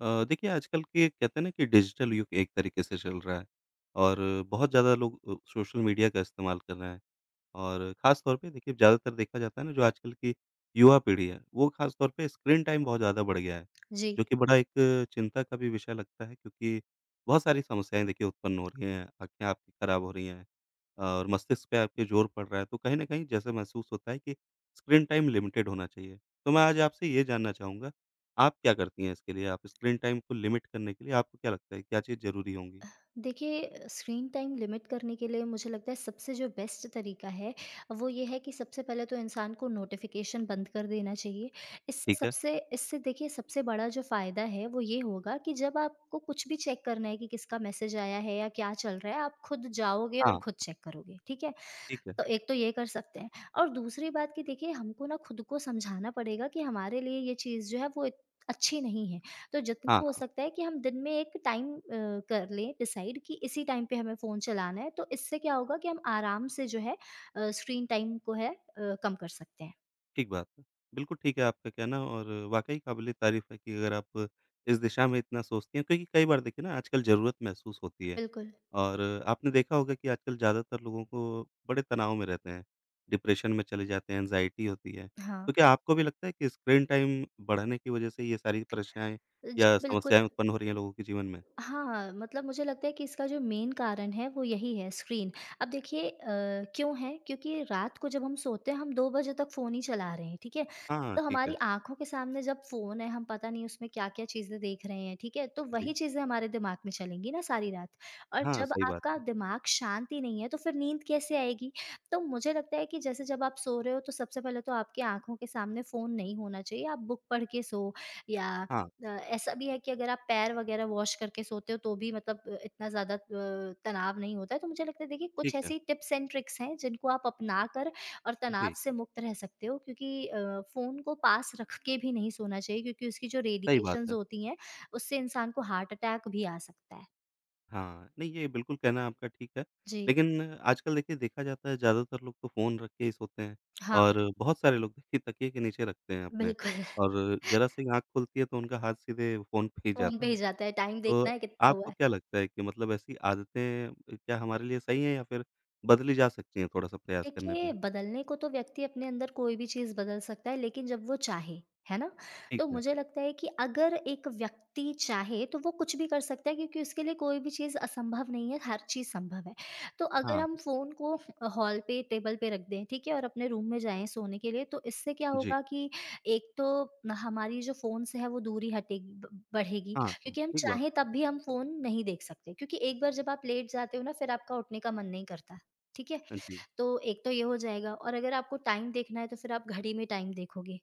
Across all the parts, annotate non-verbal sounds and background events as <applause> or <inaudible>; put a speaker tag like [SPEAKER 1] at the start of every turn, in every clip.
[SPEAKER 1] देखिए आजकल के कहते हैं ना कि डिजिटल युग एक तरीके से चल रहा है और बहुत ज़्यादा लोग सोशल मीडिया का इस्तेमाल कर रहे हैं और ख़ास तौर पे देखिए ज़्यादातर देखा जाता है ना जो आजकल की युवा पीढ़ी है, वो ख़ास तौर पे स्क्रीन टाइम बहुत ज़्यादा बढ़ गया है,
[SPEAKER 2] जी।
[SPEAKER 1] जो कि बड़ा एक चिंता का भी विषय लगता है क्योंकि बहुत सारी समस्याएँ देखिए उत्पन्न हो रही हैं, आँखें आपकी खराब हो रही हैं और मस्तिष्क पे आपके ज़ोर पड़ रहा है, तो कहीं न कहीं जैसे महसूस होता है कि स्क्रीन टाइम लिमिटेड होना चाहिए। तो मैं आज आपसे ये जानना चाहूँगा, आप क्या करती हैं इसके लिए? आप स्क्रीन टाइम को लिमिट करने के लिए आपको क्या लगता है, क्या चीज़ ज़रूरी होंगी?
[SPEAKER 2] देखिए, स्क्रीन टाइम लिमिट करने के लिए मुझे लगता है सबसे जो बेस्ट तरीका है, वो ये है कि सबसे पहले तो इंसान को नोटिफ़िकेशन बंद कर देना चाहिए।
[SPEAKER 1] ठीक है।
[SPEAKER 2] इससे देखिए सबसे बड़ा जो फ़ायदा है वो ये होगा कि जब आपको कुछ भी चेक करना है कि किसका मैसेज आया है या क्या चल रहा है, आप खुद जाओगे और
[SPEAKER 1] हाँ,
[SPEAKER 2] खुद चेक करोगे, ठीक है?
[SPEAKER 1] ठीक है।
[SPEAKER 2] तो एक तो ये कर सकते हैं, और दूसरी बात कि देखिए हमको ना खुद को समझाना पड़ेगा कि हमारे लिए ये चीज़ जो है वो अच्छी नहीं है। तो
[SPEAKER 1] हाँ,
[SPEAKER 2] जितना हो
[SPEAKER 1] हाँ।
[SPEAKER 2] सकता है कि हम दिन में एक टाइम कर लें डिसाइड कि इसी टाइम पे हमें फ़ोन चलाना है, तो इससे क्या होगा कि हम आराम से जो है स्क्रीन टाइम को है कम कर सकते हैं।
[SPEAKER 1] ठीक बात है। बिल्कुल ठीक है आपका कहना और वाक़ई काबिल-ए-तारीफ़ है कि अगर आप इस दिशा में इतना सोचती हैं क्योंकि कई बार देखिए ना आजकल ज़रूरत महसूस होती है
[SPEAKER 2] बिल्कुल,
[SPEAKER 1] और आपने देखा होगा कि आजकल ज़्यादातर लोगों को बड़े तनाव में रहते हैं, डिप्रेशन में चले जाते हैं, एंग्ज़ायटी होती है।
[SPEAKER 2] हाँ।
[SPEAKER 1] तो क्या आपको भी लगता है कि स्क्रीन टाइम बढ़ने की वजह से ये सारी परेशाएँ
[SPEAKER 2] जी,
[SPEAKER 1] या
[SPEAKER 2] बिल्कुल।
[SPEAKER 1] समस्याएँ उत्पन्न हो रही हैं लोगों के जीवन में?
[SPEAKER 2] हाँ, मतलब मुझे लगता है कि इसका जो मेन कारण है वो यही है स्क्रीन। अब देखिए, क्यों है? क्योंकि रात को जब हम सोते हैं, हम 2 बजे तक फ़ोन ही चला रहे हैं, ठीक है?
[SPEAKER 1] हाँ,
[SPEAKER 2] तो
[SPEAKER 1] ठीक
[SPEAKER 2] हमारी
[SPEAKER 1] है।
[SPEAKER 2] आँखों के सामने जब फ़ोन है, हम पता नहीं उसमें क्या-क्या चीज़ें देख रहे हैं, ठीक है? तो वही
[SPEAKER 1] जी।
[SPEAKER 2] चीज़ें हमारे दिमाग में चलेंगी ना सारी रात, और
[SPEAKER 1] हाँ,
[SPEAKER 2] जब
[SPEAKER 1] सही बात
[SPEAKER 2] आपका
[SPEAKER 1] है।
[SPEAKER 2] दिमाग शांत ही नहीं है तो फिर नींद कैसे आएगी? तो मुझे लगता है कि जैसे जब आप सो रहे हो, तो सबसे पहले तो आपकी आँखों के सामने फ़ोन नहीं होना चाहिए, आप बुक पढ़ के सो, या
[SPEAKER 1] हाँ,
[SPEAKER 2] ऐसा भी है कि अगर आप पैर वगैरह वॉश करके सोते हो, तो भी मतलब इतना ज़्यादा तनाव नहीं होता है। तो मुझे लगता है देखिए कुछ
[SPEAKER 1] ठीक है।
[SPEAKER 2] ऐसी टिप्स एंड ट्रिक्स हैं जिनको आप अपना कर और तनाव
[SPEAKER 1] जी,
[SPEAKER 2] से मुक्त रह सकते हो, क्योंकि फ़ोन को पास रख के भी नहीं सोना चाहिए, क्योंकि उसकी जो
[SPEAKER 1] सही बात
[SPEAKER 2] रेडिएशंस
[SPEAKER 1] है।
[SPEAKER 2] होती हैं उससे इंसान को हार्ट अटैक भी आ सकता है।
[SPEAKER 1] हाँ, नहीं ये बिल्कुल कहना आपका ठीक है।
[SPEAKER 2] जी।
[SPEAKER 1] लेकिन आजकल देखिए देखा जाता है ज़्यादातर लोग तो फ़ोन रख के ही सोते हैं
[SPEAKER 2] हाँ,
[SPEAKER 1] और बहुत सारे लोग देखिए तकिए के नीचे रखते हैं अपने
[SPEAKER 2] बिल्कुल। <laughs>
[SPEAKER 1] और ज़रा-सी आँख खुलती है तो उनका हाथ सीधे फ़ोन पे ही
[SPEAKER 2] फ़ोन पे
[SPEAKER 1] जाता
[SPEAKER 2] ही
[SPEAKER 1] है।
[SPEAKER 2] जाता है, टाइम
[SPEAKER 1] तो
[SPEAKER 2] देखना है कितना हुआ
[SPEAKER 1] आपको
[SPEAKER 2] है।
[SPEAKER 1] क्या लगता है कि मतलब ऐसी आदतें क्या हमारे लिए सही हैं या फिर बदली जा सकती हैं थोड़ा-सा प्रयास करने पे?
[SPEAKER 2] देखिए, बदलने को तो व्यक्ति अपने अंदर कोई भी चीज़ बदल सकता है, लेकिन जब वो चाहे, है ना?
[SPEAKER 1] ठीक
[SPEAKER 2] तो
[SPEAKER 1] है।
[SPEAKER 2] मुझे लगता है कि अगर एक व्यक्ति चाहे तो वो कुछ भी कर सकता है, क्योंकि उसके लिए कोई भी चीज़ असंभव नहीं है, हर चीज़ संभव है। तो अगर
[SPEAKER 1] हाँ,
[SPEAKER 2] हम फ़ोन को हॉल पे, टेबल पे रख दें, ठीक है? और अपने रूम में जाएँ सोने के लिए, तो इससे क्या
[SPEAKER 1] जी।
[SPEAKER 2] होगा कि एक तो हमारी जो फ़ोन से है वो दूरी हटेगी, ब बढ़ेगी,
[SPEAKER 1] हाँ, हाँ,
[SPEAKER 2] क्योंकि हम
[SPEAKER 1] ठीक बात
[SPEAKER 2] चाहें तब भी हम फ़ोन नहीं देख सकते, क्योंकि एक बार जब आप लेट जाते हो ना, फिर आपका उठने का मन नहीं करता, ठीक है?
[SPEAKER 1] है। जी।
[SPEAKER 2] तो एक तो ये हो जाएगा, और अगर आपको टाइम देखना है, तो फिर आप घड़ी में टाइम देखोगे,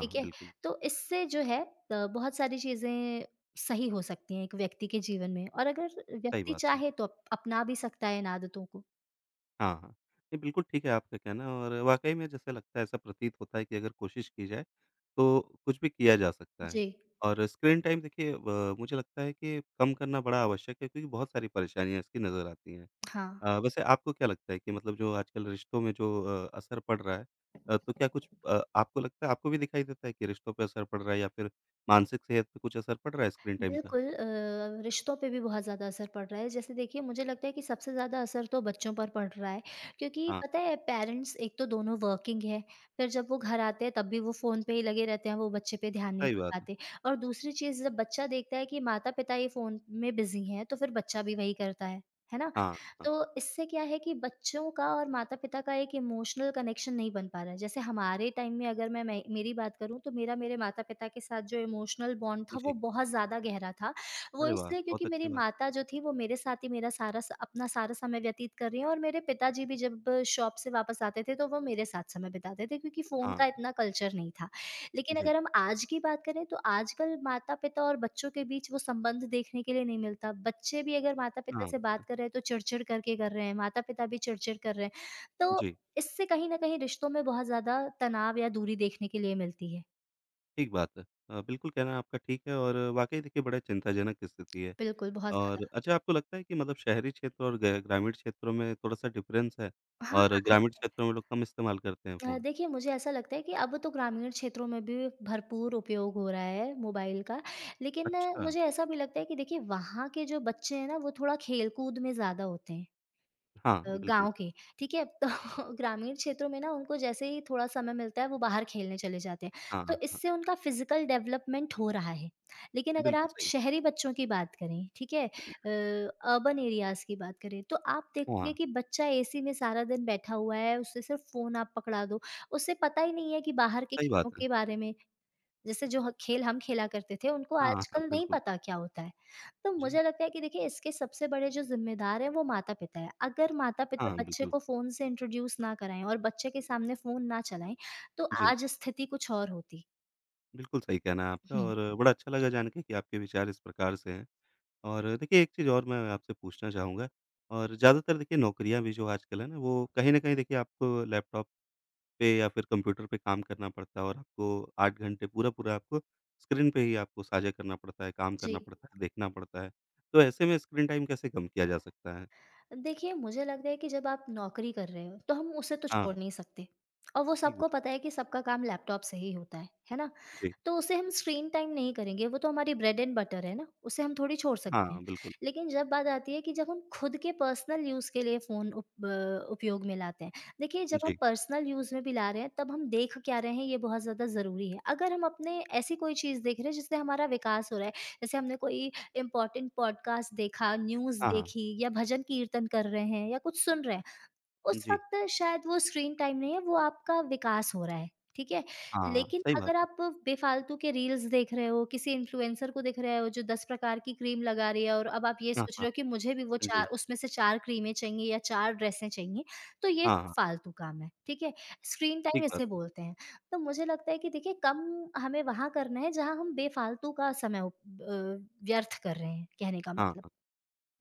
[SPEAKER 2] ठीक है?
[SPEAKER 1] बिल्कुल,
[SPEAKER 2] तो इससे जो है बहुत सारी चीज़ें सही हो सकती हैं एक व्यक्ति के जीवन में, और अगर
[SPEAKER 1] सही
[SPEAKER 2] व्यक्ति
[SPEAKER 1] बात है।
[SPEAKER 2] चाहे तो अप अपना भी सकता है इन आदतों को।
[SPEAKER 1] हाँ, हाँ। नहीं, बिल्कुल ठीक है आपका कहना और वाक़ई में जैसा लगता है ऐसा प्रतीत होता है कि अगर कोशिश की जाए, तो कुछ भी किया जा सकता है।
[SPEAKER 2] जी,
[SPEAKER 1] और स्क्रीन टाइम देखिए मुझे लगता है कि कम करना बड़ा आवश्यक है क्योंकि बहुत सारी परेशानियाँ इसकी नज़र आती हैं।
[SPEAKER 2] हाँ।
[SPEAKER 1] वैसे आपको क्या लगता है कि मतलब जो आजकल रिश्तों में जो असर पड़ रहा है तो क्या कुछ आपको लगता है आपको भी दिखाई देता है कि रिश्तों पे असर पड़ रहा है या फिर मानसिक सेहत पे कुछ असर पड़ रहा है स्क्रीन टाइम का?
[SPEAKER 2] बिल्कुल, रिश्तों पे भी बहुत ज़्यादा असर पड़ रहा है। जैसे देखिए मुझे लगता है कि सबसे ज़्यादा असर तो बच्चों पर पड़ रहा है, क्योंकि
[SPEAKER 1] हाँ,
[SPEAKER 2] पता है पेरेंट्स एक तो दोनों वर्किंग है, फिर जब वो घर आते हैं तब भी वो फ़ोन पे ही लगे रहते हैं, वो बच्चे पे ध्यान नहीं
[SPEAKER 1] सही
[SPEAKER 2] दे
[SPEAKER 1] बात है।
[SPEAKER 2] पाते। और दूसरी चीज़, जब बच्चा देखता है कि माता-पिता ये फ़ोन में बिज़ी हैं, तो फिर बच्चा भी वही करता है ना?
[SPEAKER 1] हाँ, हाँ।
[SPEAKER 2] तो इससे क्या है कि बच्चों का और माता-पिता का एक इमोशनल कनेक्शन नहीं बन पा रहा है। जैसे हमारे टाइम में, अगर मैं मेरी बात करूँ, तो मेरा मेरे माता-पिता के साथ जो इमोशनल बॉन्ड था वो
[SPEAKER 1] जी।
[SPEAKER 2] बहुत ज़्यादा गहरा था। वो
[SPEAKER 1] अरे वाह!
[SPEAKER 2] इसलिए क्योंकि
[SPEAKER 1] बहुत
[SPEAKER 2] मेरी
[SPEAKER 1] अच्छी बात।
[SPEAKER 2] माता जो थी, वो मेरे साथ ही मेरा सारा स अपना सारा समय व्यतीत कर रही हैं, और मेरे पिताजी भी जब शॉप से वापस आते थे तो वो मेरे साथ समय बिताते थे, क्योंकि फ़ोन
[SPEAKER 1] हाँ,
[SPEAKER 2] का इतना कल्चर नहीं था। लेकिन
[SPEAKER 1] जी।
[SPEAKER 2] अगर हम आज की बात करें, तो आजकल माता-पिता और बच्चों के बीच वो संबंध देखने के लिए नहीं मिलता। बच्चे भी अगर
[SPEAKER 1] हाँ।
[SPEAKER 2] माता-पिता से बात
[SPEAKER 1] हाँ।
[SPEAKER 2] कर रहे हैं तो चिड़-चिड़ करके कर रहे हैं, माता-पिता भी चिड़-चिड़ कर रहे हैं। तो
[SPEAKER 1] जी,
[SPEAKER 2] इससे कहीं न कहीं रिश्तों में बहुत ज़्यादा तनाव या दूरी देखने के लिए मिलती है।
[SPEAKER 1] ठीक बात है। बिल्कुल कहना आपका ठीक है और वाक़ई देखिए बड़ा चिंताजनक स्थिति है।
[SPEAKER 2] बिल्कुल, बहुत
[SPEAKER 1] और
[SPEAKER 2] ज़्यादा।
[SPEAKER 1] अच्छा आपको लगता है कि मतलब शहरी क्षेत्र और ग ग्रामीण क्षेत्रों में थोड़ा-सा डिफ़रेंस है
[SPEAKER 2] हाँ,
[SPEAKER 1] और ग्रामीण क्षेत्रों में लोग कम इस्तेमाल करते हैं फ़ोन?
[SPEAKER 2] देखिए मुझे ऐसा लगता है कि अब तो ग्रामीण क्षेत्रों में भी भरपूर उपयोग हो रहा है मोबाइल का। लेकिन
[SPEAKER 1] अच्छा।
[SPEAKER 2] मुझे ऐसा भी लगता है कि देखिए वहाँ के जो बच्चे हैं ना, वो थोड़ा खेल-कूद में ज़्यादा होते हैं।
[SPEAKER 1] हाँ, बिल्कुल।
[SPEAKER 2] गाँव के, ठीक है? तो <laughs> ग्रामीण क्षेत्रों में ना, उनको जैसे ही थोड़ा समय मिलता है वो बाहर खेलने चले जाते हैं,
[SPEAKER 1] हाँ, बिल्कुल,
[SPEAKER 2] तो
[SPEAKER 1] हाँ, हाँ।
[SPEAKER 2] इससे उनका फ़िज़िकल डेवलपमेंट हो रहा है। लेकिन अगर
[SPEAKER 1] बिल्कुल
[SPEAKER 2] आप
[SPEAKER 1] सही।
[SPEAKER 2] शहरी बच्चों की बात करें, ठीक है? अर्बन एरियाज़ की बात करें, तो आप देखोगे
[SPEAKER 1] हाँ,
[SPEAKER 2] कि बच्चा एसी में सारा दिन बैठा हुआ है, उसे सिर्फ़ फ़ोन आप पकड़ा दो, उसे पता ही नहीं है कि बाहर के
[SPEAKER 1] सही
[SPEAKER 2] खेलों
[SPEAKER 1] बात है।
[SPEAKER 2] के बारे में, जैसे जो ह खेल हम खेला करते थे, उनको
[SPEAKER 1] हाँ, हाँ,
[SPEAKER 2] आजकल नहीं
[SPEAKER 1] बिल्कुल।
[SPEAKER 2] पता क्या होता है। तो
[SPEAKER 1] जी।
[SPEAKER 2] मुझे लगता है कि देखिए इसके सबसे बड़े जो ज़िम्मेदार हैं, वो माता-पिता हैं। अगर माता-पिता
[SPEAKER 1] हाँ,
[SPEAKER 2] बच्चे
[SPEAKER 1] बिल्कुल।
[SPEAKER 2] को फ़ोन से इंट्रोड्यूस ना कराएँ और बच्चे के सामने फ़ोन ना चलाएँ, तो
[SPEAKER 1] जी,
[SPEAKER 2] आज स्थिति कुछ और होती।
[SPEAKER 1] बिल्कुल सही कहना है आपका
[SPEAKER 2] हुँ।
[SPEAKER 1] और बड़ा अच्छा लगा जान के कि आपके विचार इस प्रकार से हैं। और देखिए एक चीज़ और मैं आपसे पूछना चाहूँगा और ज़्यादातर देखिए नौकरियाँ भी जो आजकल है ना वो कहीं न कहीं देखिए आपको लैपटॉप पे या फिर कंप्यूटर पे काम करना पड़ता है और आपको 8 घंटे पूरा-पूरा आपको स्क्रीन पे ही आपको साझा करना पड़ता है, काम
[SPEAKER 2] जी।
[SPEAKER 1] करना पड़ता है, देखना पड़ता है। तो ऐसे में स्क्रीन टाइम कैसे कम किया जा सकता है?
[SPEAKER 2] देखिए, मुझे लगता है कि जब आप नौकरी कर रहे हो, तो हम उसे तो
[SPEAKER 1] हाँ,
[SPEAKER 2] छोड़ नहीं सकते, और वो
[SPEAKER 1] ठीक
[SPEAKER 2] सबको
[SPEAKER 1] बात है।
[SPEAKER 2] पता है कि सबका काम लैपटॉप से ही होता है ना?
[SPEAKER 1] जी,
[SPEAKER 2] तो उसे हम स्क्रीन टाइम नहीं करेंगे, वो तो हमारी ब्रेड एंड बटर है ना, उसे हम थोड़ी छोड़
[SPEAKER 1] हाँ,
[SPEAKER 2] सकते हैं।
[SPEAKER 1] बिल्कुल।
[SPEAKER 2] लेकिन जब बात आती है कि जब हम खुद के पर्सनल यूज़ के लिए फ़ोन उप ब उपयोग में लाते हैं। देखिए, जब हम
[SPEAKER 1] जी,
[SPEAKER 2] पर्सनल यूज़ में भी ला रहे हैं, तब हम देख क्या रहे हैं, ये बहुत ज़्यादा ज़रूरी है। अगर हम अपने ऐसी कोई चीज़ देख रहे हैं जिससे हमारा विकास हो रहा है, जैसे हमने कोई इम्पोर्टेंट पॉडकास्ट देखा, न्यूज़
[SPEAKER 1] हाँ, हाँ।
[SPEAKER 2] देखी, या भजन कीर्तन कर रहे हैं, या कुछ सुन रहे, उस
[SPEAKER 1] जी,
[SPEAKER 2] वक़्त शायद वो स्क्रीन टाइम नहीं है, वो आपका विकास हो रहा है, ठीक है?
[SPEAKER 1] हाँ,
[SPEAKER 2] लेकिन
[SPEAKER 1] सही बात
[SPEAKER 2] अगर
[SPEAKER 1] है।
[SPEAKER 2] आप बेफ़ालतू के रील्स देख रहे हो, किसी इन्फ्लुएंसर को देख रहे हो जो 10 प्रकार की क्रीम लगा रही है, और अब आप ये
[SPEAKER 1] हाँ,
[SPEAKER 2] सोच रहे
[SPEAKER 1] हाँ।
[SPEAKER 2] हो कि मुझे भी वो 4,
[SPEAKER 1] जी,
[SPEAKER 2] उसमें से 4 क्रीमें चाहिए, या 4 ड्रेसें चाहिए, तो ये
[SPEAKER 1] हाँ, हाँ,
[SPEAKER 2] फ़ालतू काम है, ठीक है? स्क्रीन टाइम
[SPEAKER 1] ठीक बात
[SPEAKER 2] इसे
[SPEAKER 1] है।
[SPEAKER 2] बोलते हैं। तो मुझे लगता है कि देखिए कम हमें वहाँ करना है जहाँ हम बेफ़ालतू का समय अ, व्यर्थ कर रहे हैं, कहने का
[SPEAKER 1] हाँ,
[SPEAKER 2] मतलब।
[SPEAKER 1] हाँ।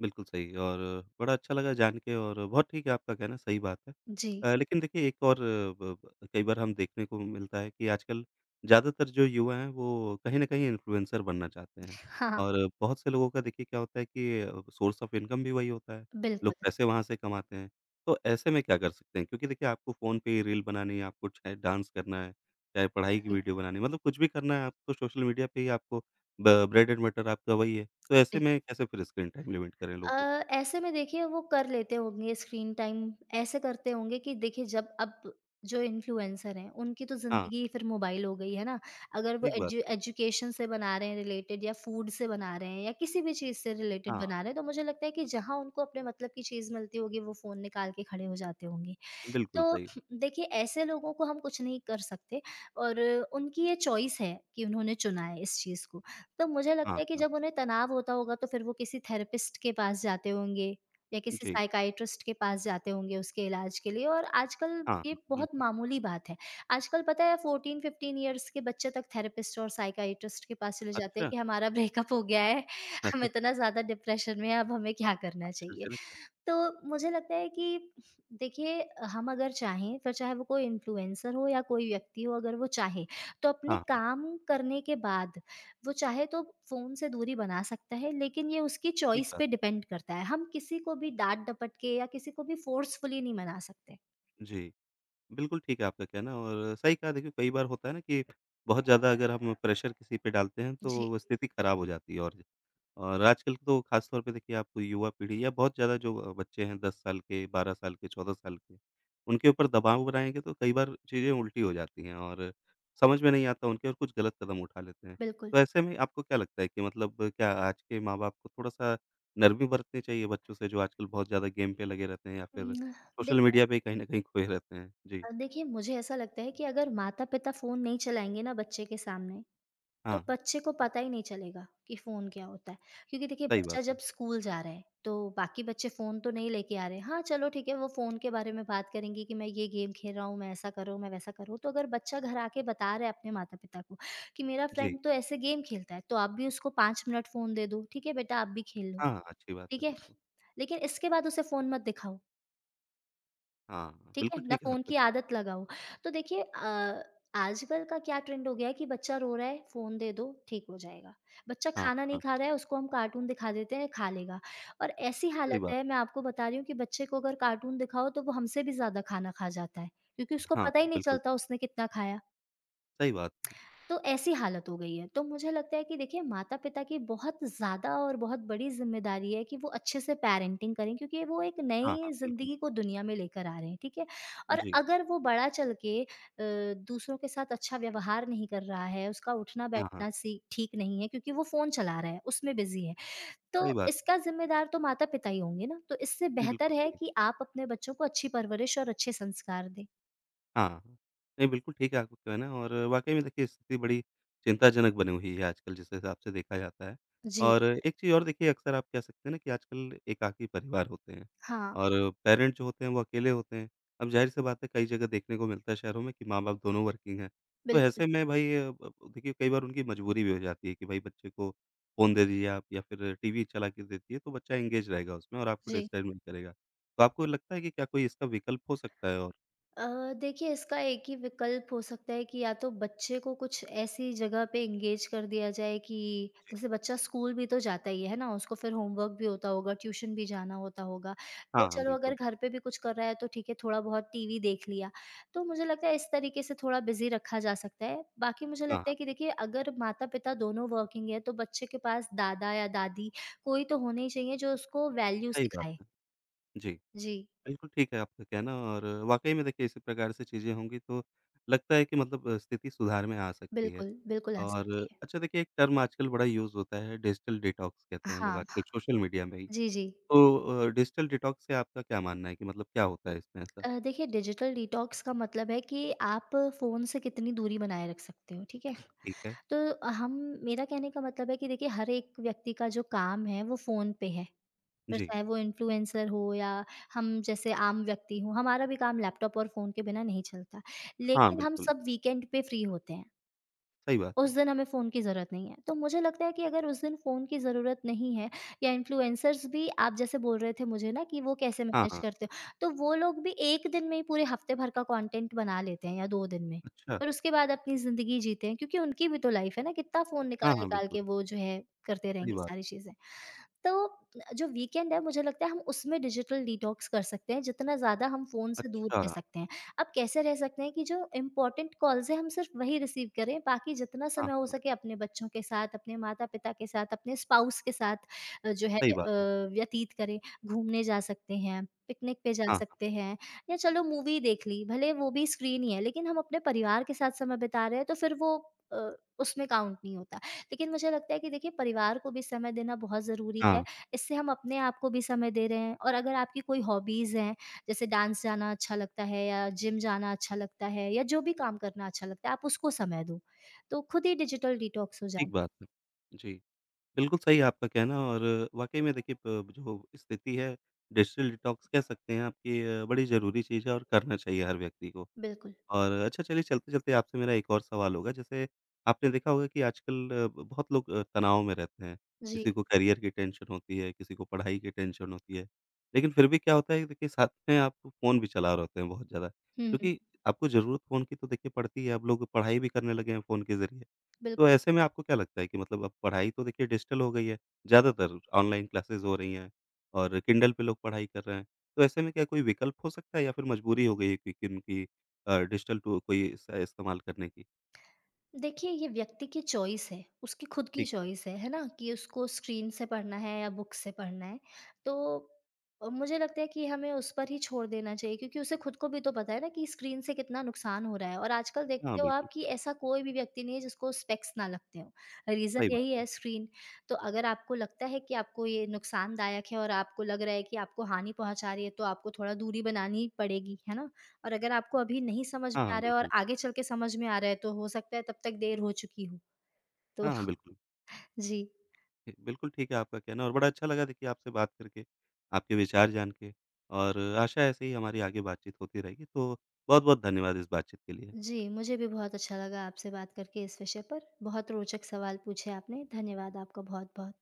[SPEAKER 1] बिल्कुल सही और बड़ा अच्छा लगा जान के और बहुत ठीक है आपका कहना, सही बात है।
[SPEAKER 2] जी।
[SPEAKER 1] लेकिन देखिए एक और अ, ब ब कई बार हम देखने को मिलता है कि आजकल ज़्यादातर जो युवा हैं वो कहीं न कहीं इन्फ्लुएंसर बनना चाहते हैं
[SPEAKER 2] हाँ, हाँ,
[SPEAKER 1] और बहुत से लोगों का देखिए क्या होता है कि सोर्स ऑफ इनकम भी वही होता है,
[SPEAKER 2] बिल्कुल।
[SPEAKER 1] लोग पैसे वहाँ से कमाते हैं। तो ऐसे में क्या कर सकते हैं? क्योंकि देखिए आपको फ़ोन पे ही रील बनानी है, आपको चाहे डांस करना है, चाहे पढ़ाई की
[SPEAKER 2] जी,
[SPEAKER 1] वीडियो बनानी है, मतलब कुछ भी करना है आपको सोशल मीडिया पे ही आपको ब ब्रेड एंड बटर आपका वही है। तो ऐसे
[SPEAKER 2] जी।
[SPEAKER 1] में कैसे फिर स्क्रीन टाइम लिमिट करें
[SPEAKER 2] अ,
[SPEAKER 1] लोग को?
[SPEAKER 2] ऐसे में देखिए वो कर लेते होंगे स्क्रीन टाइम, ऐसे करते होंगे कि देखिए, जब अब जो इन्फ्लुएंसर हैं, उनकी तो
[SPEAKER 1] हाँ,
[SPEAKER 2] ज़िंदगी फिर मोबाइल हो गई है ना। अगर वो
[SPEAKER 1] ठीक बात
[SPEAKER 2] एजु
[SPEAKER 1] है।
[SPEAKER 2] एजुकेशन से बना रहे हैं रिलेटेड, या फूड से बना रहे हैं, या किसी भी चीज़ से रिलेटेड
[SPEAKER 1] हाँ,
[SPEAKER 2] बना रहे हैं, तो मुझे लगता है कि जहाँ उनको अपने मतलब की चीज़ मिलती होगी, वो फ़ोन निकाल के खड़े हो जाते होंगे।
[SPEAKER 1] बिल्कुल
[SPEAKER 2] तो
[SPEAKER 1] सही।
[SPEAKER 2] देखिए ऐसे लोगों को हम कुछ नहीं कर सकते, और उनकी ये चॉइस है कि उन्होंने चुना है इस चीज़ को। तो मुझे लगता
[SPEAKER 1] हाँ,
[SPEAKER 2] है कि
[SPEAKER 1] हाँ।
[SPEAKER 2] जब उन्हें तनाव होता होगा, तो फिर वो किसी थेरेपिस्ट के पास जाते होंगे, या किसी
[SPEAKER 1] जी।
[SPEAKER 2] साइकियाट्रिस्ट के पास जाते होंगे उसके इलाज के लिए, और आजकल
[SPEAKER 1] हाँ,
[SPEAKER 2] ये
[SPEAKER 1] हाँ,
[SPEAKER 2] बहुत
[SPEAKER 1] बिल्कुल।
[SPEAKER 2] मामूली बात है। आजकल पता है 14-15 ईयर्स के बच्चे तक थेरेपिस्ट और साइकियाट्रिस्ट के पास चले जाते हैं
[SPEAKER 1] अच्छा!
[SPEAKER 2] कि हमारा ब्रेकअप हो गया है,
[SPEAKER 1] <laughs>
[SPEAKER 2] हम
[SPEAKER 1] अरे!
[SPEAKER 2] इतना ज़्यादा डिप्रेशन में हैं, अब हमें क्या करना चाहिए?
[SPEAKER 1] आश्चर्यजनक है।
[SPEAKER 2] तो मुझे लगता है कि देखिए, हम अगर चाहें, फिर चाहे वो कोई इन्फ्लुएंसर हो या कोई व्यक्ति हो, अगर वो चाहे तो अपने
[SPEAKER 1] हाँ, हाँ,
[SPEAKER 2] काम करने के बाद वो चाहे तो फोन से दूरी बना सकता है, लेकिन ये उसकी
[SPEAKER 1] ठीक
[SPEAKER 2] चॉइस
[SPEAKER 1] बात
[SPEAKER 2] पे डिपेंड करता है। हम किसी को भी डांट डपट के, या किसी को भी फोर्सफुली नहीं मना सकते।
[SPEAKER 1] है। जी। बिल्कुल ठीक है आपका कहना और सही कहा देखिए कई बार होता है ना कि बहुत ज़्यादा अगर हम प्रेशर किसी पे डालते हैं तो
[SPEAKER 2] जी,
[SPEAKER 1] वो स्थिति ख़राब हो जाती है और आजकल तो खास तौर पे देखिए आप युवा पीढ़ी या बहुत ज़्यादा जो बच्चे हैं 10 साल के 12 साल के 14 साल के उनके ऊपर दबाव बनाएंगे तो कई बार चीज़ें उल्टी हो जाती हैं और समझ में नहीं आता उनके और कुछ गलत कदम उठा लेते हैं।
[SPEAKER 2] बिल्कुल।
[SPEAKER 1] तो ऐसे में आपको क्या लगता है कि मतलब क्या आज के माँ-बाप को थोड़ा-सा नरमी बरतनी चाहिए बच्चों से जो आजकल बहुत ज़्यादा गेम पे लगे रहते हैं या फिर
[SPEAKER 2] हम्म,
[SPEAKER 1] सोशल
[SPEAKER 2] देखिए,
[SPEAKER 1] मीडिया पे कहीं न कहीं खोए रहते हैं? जी।
[SPEAKER 2] देखिए मुझे ऐसा लगता है कि अगर माता पिता फोन नहीं चलाएंगे ना बच्चे के सामने, तो
[SPEAKER 1] हाँ,
[SPEAKER 2] बच्चे को पता ही नहीं चलेगा कि फ़ोन क्या होता है। क्योंकि देखिए
[SPEAKER 1] सही
[SPEAKER 2] बच्चा
[SPEAKER 1] बात
[SPEAKER 2] जब
[SPEAKER 1] है।
[SPEAKER 2] स्कूल जा रहा है, तो बाकी बच्चे फ़ोन तो नहीं लेके आ रहे। हाँ, चलो ठीक है, वो फ़ोन के बारे में बात करेंगे कि मैं ये गेम खेल रहा हूँ, मैं ऐसा कर रहा हूँ, मैं वैसा कर रहा हूँ। तो अगर बच्चा घर आके बता रहा है अपने माता-पिता को कि मेरा
[SPEAKER 1] जी।
[SPEAKER 2] फ्रेंड तो ऐसे गेम खेलता है, तो आप भी उसको 5 मिनट फ़ोन दे दो। ठीक है बेटा, आप भी खेल लो,
[SPEAKER 1] हाँ, अच्छी बात
[SPEAKER 2] ठीक
[SPEAKER 1] है
[SPEAKER 2] है?
[SPEAKER 1] फिर तो।
[SPEAKER 2] लेकिन इसके बाद उसे फ़ोन मत दिखाओ।
[SPEAKER 1] हाँ,
[SPEAKER 2] ठीक है?
[SPEAKER 1] बिल्कुल
[SPEAKER 2] ना
[SPEAKER 1] ठीक है
[SPEAKER 2] फ़ोन
[SPEAKER 1] आपका
[SPEAKER 2] की
[SPEAKER 1] कहना।
[SPEAKER 2] आदत लगाओ। तो देखिए आजकल का क्या ट्रेंड हो गया है कि बच्चा रो रहा है, फ़ोन दे दो, ठीक हो जाएगा। बच्चा
[SPEAKER 1] हाँ,
[SPEAKER 2] खाना नहीं
[SPEAKER 1] हाँ,
[SPEAKER 2] खा रहा है, उसको हम कार्टून दिखा देते हैं, खा लेगा। और ऐसी
[SPEAKER 1] सही
[SPEAKER 2] हालत
[SPEAKER 1] बात
[SPEAKER 2] है, मैं आपको बता रही हूँ कि बच्चे को अगर कार्टून दिखाओ, तो वो हमसे भी ज़्यादा खाना खा जाता है, क्योंकि उसको
[SPEAKER 1] है। हाँ,
[SPEAKER 2] पता ही नहीं
[SPEAKER 1] बिल्कुल,
[SPEAKER 2] चलता उसने कितना खाया।
[SPEAKER 1] सही बात है।
[SPEAKER 2] तो ऐसी हालत हो गई है। तो मुझे लगता है कि देखिए माता-पिता की बहुत ज़्यादा और बहुत बड़ी ज़िम्मेदारी है कि वो अच्छे से पैरेंटिंग करें क्योंकि वो एक
[SPEAKER 1] हाँ,
[SPEAKER 2] नई
[SPEAKER 1] हाँ, बिल्कुल।
[SPEAKER 2] ज़िंदगी को दुनिया में लेकर आ रहे हैं, ठीक है? और
[SPEAKER 1] जी।
[SPEAKER 2] अगर वो बड़ा चल के दूसरों के साथ अच्छा व्यवहार नहीं कर रहा है, उसका
[SPEAKER 1] हाँ, हाँ,
[SPEAKER 2] उठना-बैठना सी ठीक नहीं है क्योंकि वो फ़ोन चला रहा है, उसमें बिज़ी है, तो
[SPEAKER 1] सही बात
[SPEAKER 2] इसका ज़िम्मेदार तो माता-पिता ही होंगे ना? तो इससे
[SPEAKER 1] है।
[SPEAKER 2] बेहतर
[SPEAKER 1] बिल्कुल
[SPEAKER 2] है
[SPEAKER 1] सही।
[SPEAKER 2] कि आप अपने बच्चों को अच्छी परवरिश और अच्छे संस्कार दें।
[SPEAKER 1] हाँ, नहीं बिल्कुल ठीक है आपका कहना है। और वाक़ई में देखिए स्थिति बड़ी चिंताजनक बनी हुई है आजकल जिस हिसाब से देखा जाता है।
[SPEAKER 2] जी।
[SPEAKER 1] और एक चीज़ और देखिए अक्सर आप कह सकते हैं ना कि आजकल एकाकी परिवार होते हैं
[SPEAKER 2] हाँ,
[SPEAKER 1] और पेरेंट जो होते हैं वो अकेले होते हैं। अब ज़ाहिर-सी बात है कई जगह देखने को मिलता है शहरों में कि माँ-बाप दोनों वर्किंग हैं। तो
[SPEAKER 2] बिल्कुल।
[SPEAKER 1] ऐसे में भाई अ, ब देखिए कई बार उनकी मजबूरी भी हो जाती है कि भाई बच्चे को फ़ोन दे दीजिए आप या फिर टीवी चला के दे दीजिए तो बच्चा एंगेज रहेगा उसमें और आपको
[SPEAKER 2] जी।
[SPEAKER 1] डिस्टर्ब नहीं करेगा। तो आपको लगता है कि क्या कोई इसका विकल्प हो सकता है और?
[SPEAKER 2] देखिए इसका एक ही विकल्प हो सकता है कि या तो बच्चे को कुछ ऐसी जगह पे एंगेज कर दिया जाए कि जैसे बच्चा स्कूल भी तो जाता ही है ना उसको फिर होमवर्क भी होता होगा ट्यूशन भी जाना होता होगा नहीं
[SPEAKER 1] हाँ, हाँ,
[SPEAKER 2] चलो अगर
[SPEAKER 1] बिल्कुल।
[SPEAKER 2] घर पे भी कुछ कर रहा है तो ठीक है थोड़ा बहुत टीवी देख लिया तो मुझे लगता है इस तरीके से थोड़ा बिजी रखा जा सकता है। बाकी मुझे
[SPEAKER 1] हाँ,
[SPEAKER 2] लगता
[SPEAKER 1] हाँ,
[SPEAKER 2] है कि देखिए अगर माता पिता दोनों वर्किंग है तो बच्चे के पास दादा या दादी कोई तो होने ही चाहिए जो उसको वैल्यू
[SPEAKER 1] सही बात
[SPEAKER 2] सिखाए।
[SPEAKER 1] है। जी,
[SPEAKER 2] जी
[SPEAKER 1] बिल्कुल ठीक है आपका कहना और वाक़ई में देखिए इसी प्रकार से चीज़ें होंगी तो लगता है कि मतलब स्थिति सुधार में आ सकती है।
[SPEAKER 2] बिल्कुल बिल्कुल आ
[SPEAKER 1] और
[SPEAKER 2] सकती है।
[SPEAKER 1] अच्छा देखिए एक टर्म आजकल बड़ा यूज़ होता है डिजिटल डिटॉक्स कहते हैं लोग
[SPEAKER 2] हाँ
[SPEAKER 1] आजकल सोशल मीडिया में ही।
[SPEAKER 2] जी जी।
[SPEAKER 1] तो डिजिटल डिटॉक्स से आपका क्या मानना है कि मतलब क्या होता है इसमें ऐसा?
[SPEAKER 2] देखिए डिजिटल डिटॉक्स का मतलब है कि आप फ़ोन से कितनी दूरी बनाए रख सकते हो, ठीक है?
[SPEAKER 1] ठीक है।
[SPEAKER 2] तो हम, मेरा कहने का मतलब है कि देखिए हर एक व्यक्ति का जो काम है वो फ़ोन पे है। फिर
[SPEAKER 1] जी।
[SPEAKER 2] चाहे वो इन्फ्लुएंसर हो या हम जैसे आम व्यक्ति हों, हमारा भी काम लैपटॉप और फ़ोन के बिना नहीं चलता।
[SPEAKER 1] हाँ,
[SPEAKER 2] लेकिन हम
[SPEAKER 1] बिल्कुल,
[SPEAKER 2] सब वीकेंड पे फ्री होते हैं।
[SPEAKER 1] सही बात
[SPEAKER 2] उस
[SPEAKER 1] है।
[SPEAKER 2] दिन हमें फ़ोन की ज़रूरत नहीं है। तो मुझे लगता है कि अगर उस दिन फ़ोन की ज़रूरत नहीं है या इन्फ्लुएंसर्स भी आप जैसे बोल रहे थे मुझे ना कि वो कैसे
[SPEAKER 1] हाँ,
[SPEAKER 2] मैनेज
[SPEAKER 1] हाँ।
[SPEAKER 2] करते हो, तो वो लोग भी 1 दिन में ही पूरे हफ़्ते भर का कंटेंट बना लेते हैं या 2 दिन में।
[SPEAKER 1] अच्छा।
[SPEAKER 2] पर उसके बाद अपनी ज़िंदगी जीते हैं क्योंकि उनकी भी तो लाइफ़ है ना, कितना फ़ोन
[SPEAKER 1] हाँ, हाँ,
[SPEAKER 2] निकाल-निकाल
[SPEAKER 1] बिल्कुल,
[SPEAKER 2] के वो जो है करते
[SPEAKER 1] सही
[SPEAKER 2] रहेंगे
[SPEAKER 1] बात।
[SPEAKER 2] सारी चीज़ें। तो जो वीकेंड है मुझे लगता है हम उसमें डिजिटल डिटॉक्स कर सकते हैं, जितना ज़्यादा हम फ़ोन से दूर
[SPEAKER 1] अच्छा,
[SPEAKER 2] रह सकते हैं। आप कैसे रह सकते हैं कि जो इम्पोर्टेंट कॉल्स हैं हम सिर्फ वही रिसीव करें, बाकी जितना
[SPEAKER 1] हाँ,
[SPEAKER 2] समय हो
[SPEAKER 1] हाँ,
[SPEAKER 2] सके अपने बच्चों के साथ, अपने माता-पिता के साथ, अपने स्पाउस के साथ
[SPEAKER 1] सही बात है।
[SPEAKER 2] व्यतीत करें। घूमने जा सकते हैं, पिकनिक पे जा
[SPEAKER 1] हाँ, हाँ,
[SPEAKER 2] सकते हैं या चलो मूवी देख ली, भले वो भी स्क्रीन ही है लेकिन हम अपने परिवार के साथ समय बिता रहे हैं तो फिर वो अ, उसमें काउंट नहीं होता। लेकिन मुझे लगता है कि देखिए परिवार को भी समय देना बहुत ज़रूरी है,
[SPEAKER 1] हाँ,
[SPEAKER 2] इससे हम अपने आप को भी समय दे रहे हैं और अगर आपकी कोई हॉबीज़ हैं जैसे डांस जाना अच्छा लगता है या जिम जाना अच्छा लगता है या जो भी काम करना अच्छा लगता है आप उसको समय दो। तो खुद ही डिजिटल डिटॉक्स हो जाना।
[SPEAKER 1] ठीक बात है। जी। बिल्कुल सही है आपका कहना और वाक़ई में देखिए प जो स्थिति है डिजिटल डिटॉक्स कह सकते हैं आपकी बड़ी ज़रूरी चीज़ है और करना चाहिए हर व्यक्ति को।
[SPEAKER 2] बिल्कुल,
[SPEAKER 1] और अच्छा चलिए चलते-चलते आपसे मेरा एक और सवाल होगा, जैसे आपने देखा होगा कि आजकल अ, ब बहुत लोग तनाव में रहते हैं।
[SPEAKER 2] जी।
[SPEAKER 1] किसी को करियर की टेंशन होती है, किसी को पढ़ाई की टेंशन होती है, लेकिन फिर भी क्या होता है कि देखिए साथ में आप फ़ोन भी चला रहे होते हैं बहुत ज़्यादा,
[SPEAKER 2] हुँ, हुँ।
[SPEAKER 1] क्योंकि आपको ज़रूरत फ़ोन की तो देखिए पड़ती है, अब लोग पढ़ाई भी करने लगे हैं फ़ोन के ज़रिए।
[SPEAKER 2] बिल्कुल।
[SPEAKER 1] तो ऐसे में आपको क्या लगता है कि मतलब अब पढ़ाई तो देखिए डिजिटल हो गई है, ज़्यादातर ऑनलाइन क्लासेज़ हो रही हैं और किंडल पे लोग पढ़ाई कर रहे हैं, तो ऐसे में क्या कोई विकल्प हो सकता है या फिर मजबूरी हो गई है कि किन की डिजिटल टू कोई इसका इस्तेमाल करने की,
[SPEAKER 2] देखिए, ये व्यक्ति की चॉइस है, उसकी खुद की
[SPEAKER 1] ठीक है।
[SPEAKER 2] चॉइस है ना? कि उसको स्क्रीन से पढ़ना है या बुक से पढ़ना है। तो मुझे लगता है कि हमें उस पर ही छोड़ देना चाहिए क्योंकि उसे खुद को भी तो पता है ना कि स्क्रीन से कितना नुकसान हो रहा है और आजकल
[SPEAKER 1] हाँ,
[SPEAKER 2] देखते हो
[SPEAKER 1] बिल्कुल,
[SPEAKER 2] आप कि ऐसा कोई भी व्यक्ति नहीं है जिसको स्पेक्स ना लगते हों। रीज़न
[SPEAKER 1] सही
[SPEAKER 2] यही
[SPEAKER 1] बात
[SPEAKER 2] है
[SPEAKER 1] है।
[SPEAKER 2] स्क्रीन। तो अगर आपको लगता है कि आपको ये नुकसानदायक है और आपको लग रहा है कि आपको हानि पहुँचा रही है, तो आपको थोड़ा दूरी बनानी पड़ेगी, है ना? और अगर आपको अभी नहीं समझ
[SPEAKER 1] हाँ,
[SPEAKER 2] में आ
[SPEAKER 1] हाँ,
[SPEAKER 2] रहा है और
[SPEAKER 1] बिल्कुल।
[SPEAKER 2] आगे चल के समझ में आ रहा है तो हो सकता है तब तक देर हो चुकी हो। तो
[SPEAKER 1] हाँ, हाँ, बिल्कुल।
[SPEAKER 2] <laughs> जी।
[SPEAKER 1] ठी बिल्कुल ठीक है आपका कहना और बड़ा अच्छा लगा देखिए आपसे बात करके, आपके विचार जान के और आशा है ऐसे ही हमारी आगे बातचीत होती रहेगी, तो बहुत-बहुत धन्यवाद इस बातचीत के लिए।
[SPEAKER 2] जी, मुझे भी बहुत अच्छा लगा आपसे बात करके इस विषय पर। बहुत रोचक सवाल पूछे आपने। धन्यवाद आपका बहुत-बहुत।